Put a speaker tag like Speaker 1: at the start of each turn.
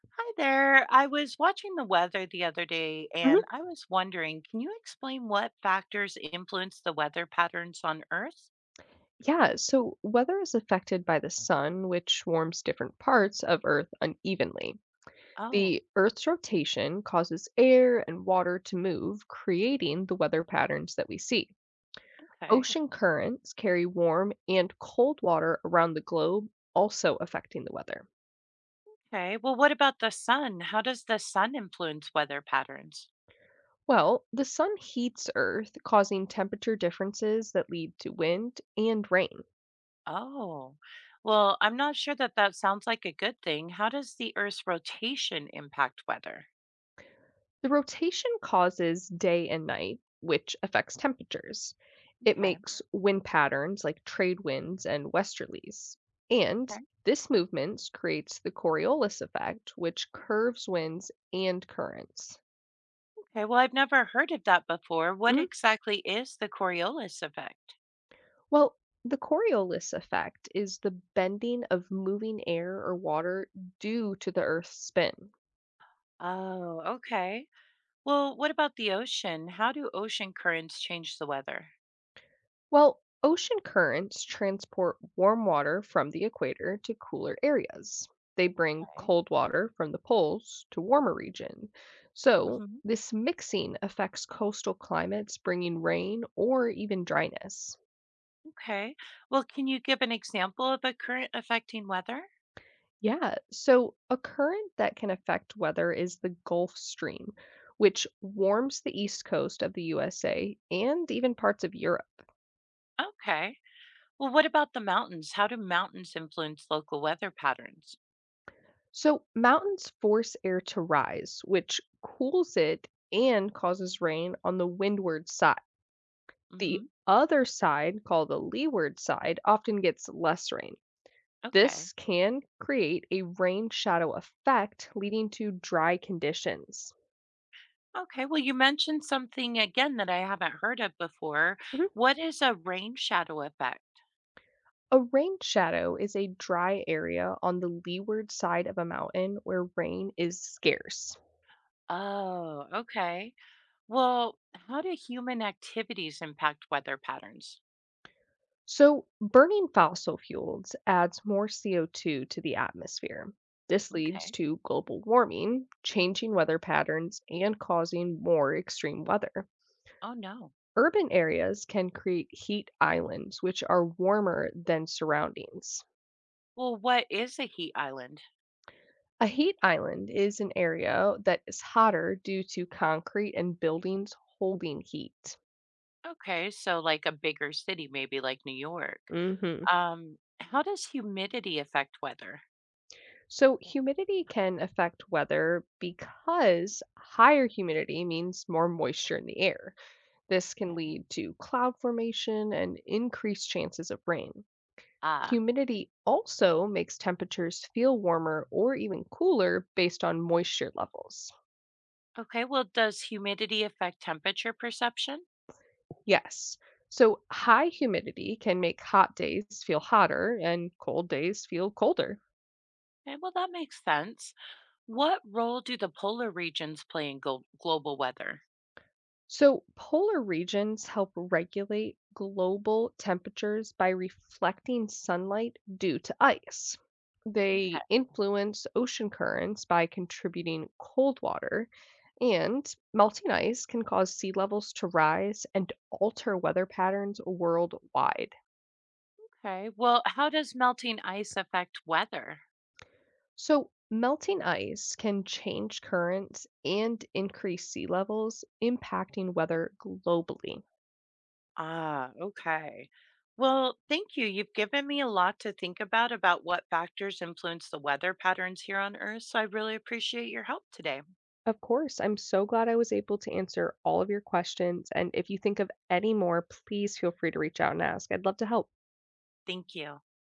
Speaker 1: Hi there. I was watching the weather the other day and
Speaker 2: Mhm.
Speaker 1: I was wondering, can you explain what factors influence the weather patterns on Earth?
Speaker 2: Yeah, so weather is affected by the sun, which warms different parts of Earth unevenly.
Speaker 1: Oh,
Speaker 2: The Earth's rotation causes air and water to move, creating the weather patterns that we see.
Speaker 1: okay.
Speaker 2: Ocean currents carry warm and cold water around the globe, also affecting the weather.
Speaker 1: Okay. Well, what about the sun? How does the sun influence weather patterns?
Speaker 2: Well, the sun heats Earth, causing temperature differences that lead to wind and rain.
Speaker 1: Oh, well, I'm not sure that that sounds like a good thing. How does the Earth's rotation impact weather?
Speaker 2: The rotation causes day and night, which affects temperatures. It
Speaker 1: Okay. Okay.
Speaker 2: makes wind patterns like trade winds and westerlies. And this movement creates the Coriolis effect, which curves winds and currents.
Speaker 1: Okay. Well, I've never heard of that before. What
Speaker 2: Mhm.
Speaker 1: exactly is the Coriolis effect?
Speaker 2: Well, the Coriolis effect is the bending of moving air or water due to the Earth's spin.
Speaker 1: Oh, okay. Well, what about the ocean? How do ocean currents change the weather?
Speaker 2: Well, ocean currents transport warm water from the equator to cooler areas. They bring
Speaker 1: Okay.
Speaker 2: cold water from the poles to warmer region. So,
Speaker 1: Hmm.
Speaker 2: this mixing affects coastal climates, bringing rain or even dryness.
Speaker 1: Okay. Well, can you give an example of a current affecting weather?
Speaker 2: Yeah, so a current that can affect weather is the Gulf Stream, which warms the east coast of the USA and even parts of Europe.
Speaker 1: Okay. Well, what about the mountains? How do mountains influence local weather patterns?
Speaker 2: So, mountains force air to rise, which cools it and causes rain on the windward side.
Speaker 1: Hmm.
Speaker 2: The other side, called the leeward side, often gets less rain.
Speaker 1: Okay.
Speaker 2: This can create a rain shadow effect, leading to dry conditions.
Speaker 1: Okay. Well, you mentioned something again that I haven't heard of before.
Speaker 2: Mhm.
Speaker 1: What is a rain shadow effect?
Speaker 2: A rain shadow is a dry area on the leeward side of a mountain where rain is scarce.
Speaker 1: Oh, okay. Well, how do human activities impact weather patterns?
Speaker 2: So, burning fossil fuels adds more CO2 to the atmosphere. This leads
Speaker 1: Okay.
Speaker 2: to global warming, changing weather patterns, and causing more extreme weather.
Speaker 1: Oh, no.
Speaker 2: Urban areas can create heat islands, which are warmer than surroundings.
Speaker 1: Well, what is a heat island?
Speaker 2: A heat island is an area that is hotter due to concrete and buildings holding heat.
Speaker 1: Okay, so like a bigger city, maybe like New York.
Speaker 2: Hmm.
Speaker 1: How does humidity affect weather?
Speaker 2: So, humidity can affect weather because higher humidity means more moisture in the air. This can
Speaker 1: Okay.
Speaker 2: lead to cloud formation and increased chances of rain.
Speaker 1: Ah,
Speaker 2: Humidity also makes temperatures feel warmer or even cooler based on moisture levels.
Speaker 1: okay. Well, does humidity affect temperature perception?
Speaker 2: Yes. So, high humidity can make hot days feel hotter and cold days feel colder.
Speaker 1: Okay, well, that makes sense. What role do the polar regions play in global weather?
Speaker 2: So, polar regions help regulate global temperatures by reflecting sunlight due to ice. They
Speaker 1: Okay.
Speaker 2: influence ocean currents by contributing cold water, and melting ice can cause sea levels to rise and alter weather patterns worldwide.
Speaker 1: Okay. Well, how does melting ice affect weather?
Speaker 2: So, melting ice can change currents and increase sea levels, impacting weather globally.
Speaker 1: Ah, okay. Well, thank you. You've given me a lot to think about what factors influence the weather patterns here on Earth. So I really appreciate your help today.
Speaker 2: Of course. I'm so glad I was able to answer all of your questions, and if you think of any more, please feel free to reach out and ask. I'd love to help.
Speaker 1: Thank you.